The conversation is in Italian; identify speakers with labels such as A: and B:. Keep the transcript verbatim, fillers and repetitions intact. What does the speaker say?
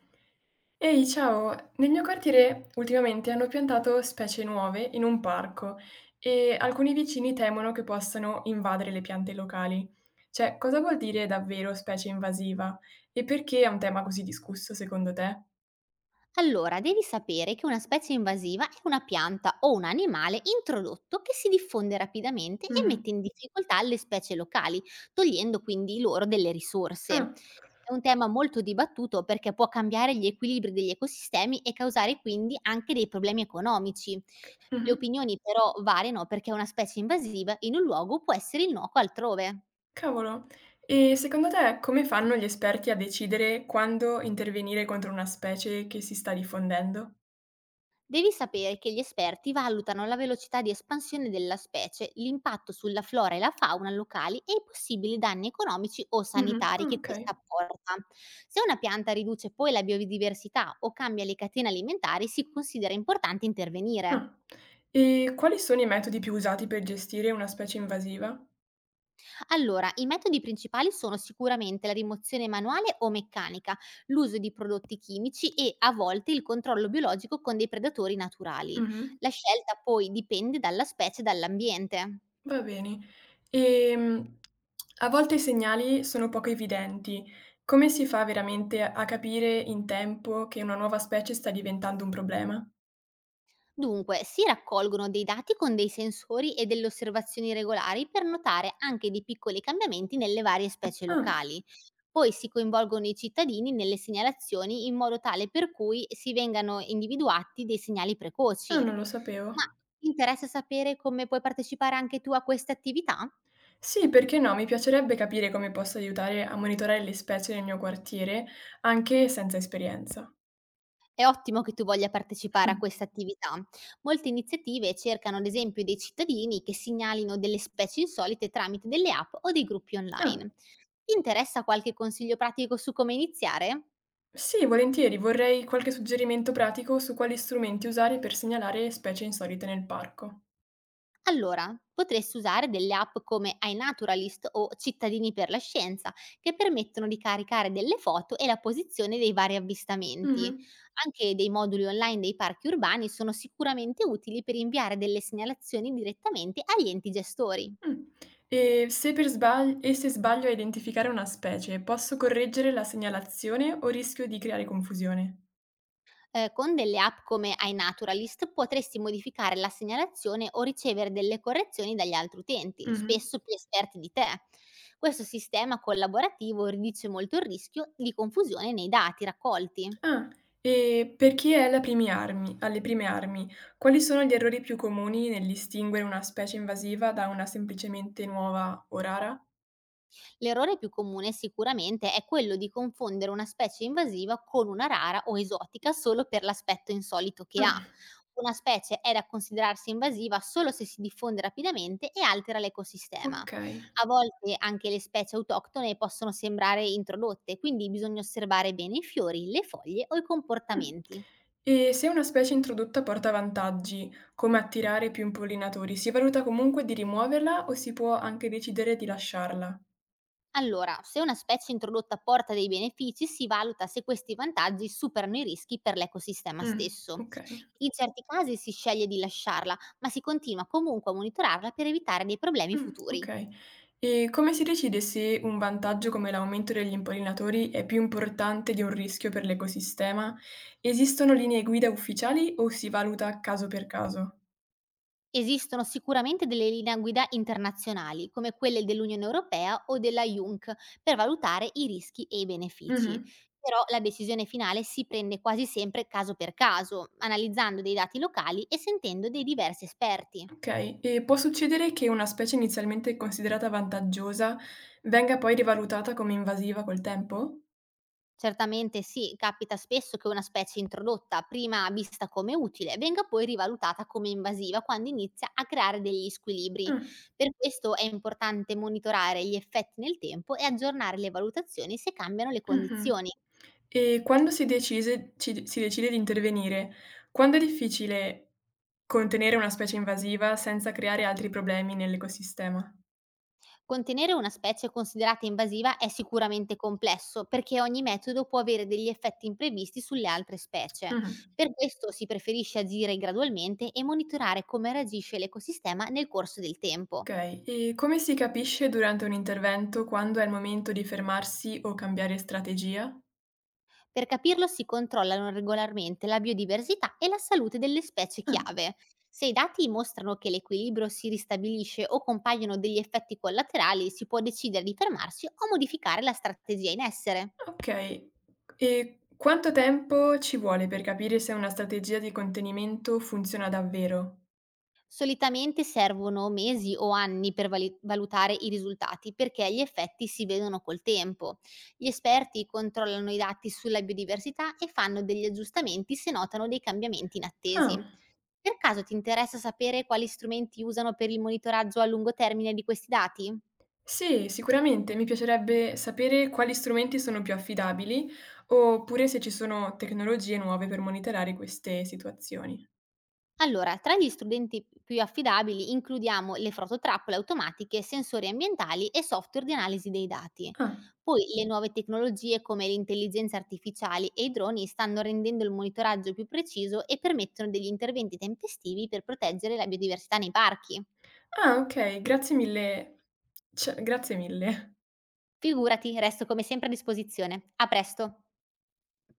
A: Ehi, ciao! Nel mio quartiere ultimamente hanno piantato specie nuove in un parco e alcuni vicini temono che possano invadere le piante locali. Cioè, cosa vuol dire davvero specie invasiva? E perché è un tema così discusso secondo te?
B: Allora, devi sapere che una specie invasiva è una pianta o un animale introdotto che si diffonde rapidamente e mette
A: Mhm.
B: in difficoltà le specie locali, togliendo quindi loro delle risorse.
A: Ah,
B: È un tema molto dibattuto perché può cambiare gli equilibri degli ecosistemi e causare quindi anche dei problemi economici. Le
A: mhm.
B: opinioni però variano perché una specie invasiva in un luogo può essere innocua altrove.
A: Cavolo. E secondo te come fanno gli esperti a decidere quando intervenire contro una specie che si sta diffondendo?
B: Devi sapere che gli esperti valutano la velocità di espansione della specie, l'impatto sulla flora e la fauna locali e i possibili danni economici o
A: Mhm.
B: sanitari
A: Ah,
B: che
A: ok.
B: questa porta. Se una pianta riduce poi la biodiversità o cambia le catene alimentari, si considera importante intervenire.
A: Ah. E quali sono i metodi più usati per gestire una specie invasiva?
B: Allora, i metodi principali sono sicuramente la rimozione manuale o meccanica, l'uso di prodotti chimici e a volte il controllo biologico con dei predatori naturali.
A: Mh-mh,
B: La scelta poi dipende dalla specie e dall'ambiente.
A: va bene. Ehm, A volte i segnali sono poco evidenti. Come si fa veramente a capire in tempo che una nuova specie sta diventando un problema?
B: Dunque, si raccolgono dei dati con dei sensori e delle osservazioni regolari per notare anche dei piccoli cambiamenti nelle varie specie
A: Ah,
B: locali. Poi si coinvolgono i cittadini nelle segnalazioni in modo tale per cui si vengano individuati dei segnali precoci.
A: ah, non lo sapevo.
B: Ma ti interessa sapere come puoi partecipare anche tu a queste attività?
A: Sì, perché no, mi piacerebbe capire come posso aiutare a monitorare le specie nel mio quartiere, anche senza esperienza.
B: È ottimo che tu voglia partecipare
A: Mh.
B: a questa attività. Molte iniziative cercano ad esempio dei cittadini che segnalino delle specie insolite tramite delle app o dei gruppi
A: Ah.
B: online. Ti interessa qualche consiglio pratico su come iniziare?
A: Sì, volentieri, vorrei qualche suggerimento pratico su quali strumenti usare per segnalare specie insolite nel parco.
B: Allora, potresti usare delle app come iNaturalist o Cittadini per la Scienza, che permettono di caricare delle foto e la posizione dei vari
A: Mh-mh.
B: avvistamenti. Anche dei moduli online dei parchi urbani sono sicuramente utili per inviare delle segnalazioni direttamente agli enti gestori.
A: Mh. E se per sbagl e se sbaglio a identificare una specie, posso correggere la segnalazione o rischio di creare confusione?
B: Ehm, con delle app come iNaturalist potresti modificare la segnalazione o ricevere delle correzioni dagli altri utenti,
A: Mh-mh.
B: spesso più esperti di te. Questo sistema collaborativo riduce molto il rischio di confusione nei dati raccolti.
A: Ah, e per chi è alla primi armi alle prime armi, quali sono gli errori più comuni nel distinguere una specie invasiva da una semplicemente nuova o rara?
B: L'errore più comune sicuramente è quello di confondere una specie invasiva con una rara o esotica solo per l'aspetto insolito che ha.
A: Ah,
B: Una specie è da considerarsi invasiva solo se si diffonde rapidamente e altera l'ecosistema.
A: okay.
B: A volte anche le specie autoctone possono sembrare introdotte, quindi bisogna osservare bene i fiori, le foglie o i
A: Mh.
B: comportamenti.
A: E se una specie introdotta porta vantaggi, come attirare più impollinatori, si valuta comunque di rimuoverla o si può anche decidere di lasciarla?
B: Allora, se una specie introdotta porta dei benefici, si valuta se questi vantaggi superano i rischi per l'ecosistema
A: Mh,
B: stesso.
A: okay.
B: In certi casi si sceglie di lasciarla, ma si continua comunque a monitorarla per evitare dei problemi
A: Mh,
B: futuri.
A: okay. E come si decide se un vantaggio come l'aumento degli impollinatori è più importante di un rischio per l'ecosistema? Esistono linee guida ufficiali o si valuta caso per caso?
B: Esistono sicuramente delle linee guida internazionali, come quelle dell'Unione Europea o della I U N C, per valutare i rischi e i benefici.
A: Mh-mh.
B: Però la decisione finale si prende quasi sempre caso per caso, analizzando dei dati locali e sentendo dei diversi esperti.
A: Okay, e può succedere che una specie inizialmente considerata vantaggiosa venga poi rivalutata come invasiva col tempo?
B: Certamente sì, capita spesso che una specie introdotta, prima vista come utile, venga poi rivalutata come invasiva quando inizia a creare degli squilibri.
A: Ah,
B: Per questo è importante monitorare gli effetti nel tempo e aggiornare le valutazioni se cambiano le
A: mh-mh.
B: condizioni.
A: E quando si decise ci si decide di intervenire, quando è difficile contenere una specie invasiva senza creare altri problemi nell'ecosistema?
B: Contenere una specie considerata invasiva è sicuramente complesso perché ogni metodo può avere degli effetti imprevisti sulle altre specie.
A: Mh-mh.
B: Per questo si preferisce agire gradualmente e monitorare come reagisce l'ecosistema nel corso del tempo.
A: Okay, e come si capisce durante un intervento quando è il momento di fermarsi o cambiare strategia?
B: Per capirlo si controllano regolarmente la biodiversità e la salute delle specie
A: Ah.
B: chiave. Se i dati mostrano che l'equilibrio si ristabilisce o compaiono degli effetti collaterali, si può decidere di fermarsi o modificare la strategia in essere.
A: Okay. E quanto tempo ci vuole per capire se una strategia di contenimento funziona davvero?
B: Solitamente servono mesi o anni per vali- valutare i risultati perché gli effetti si vedono col tempo. Gli esperti controllano i dati sulla biodiversità e fanno degli aggiustamenti se notano dei cambiamenti inattesi.
A: Ah,
B: Per caso ti interessa sapere quali strumenti usano per il monitoraggio a lungo termine di questi dati?
A: sì, sicuramente. Mi piacerebbe sapere quali strumenti sono più affidabili, oppure se ci sono tecnologie nuove per monitorare queste situazioni.
B: Allora, tra gli strumenti più affidabili includiamo le fototrappole automatiche, sensori ambientali e software di analisi dei dati.
A: Ah.
B: Poi le nuove tecnologie come l'intelligenza artificiale e i droni stanno rendendo il monitoraggio più preciso e permettono degli interventi tempestivi per proteggere la biodiversità nei parchi.
A: Ah, okay, grazie mille. Cioè, grazie mille.
B: Figurati, resto come sempre a disposizione. A presto!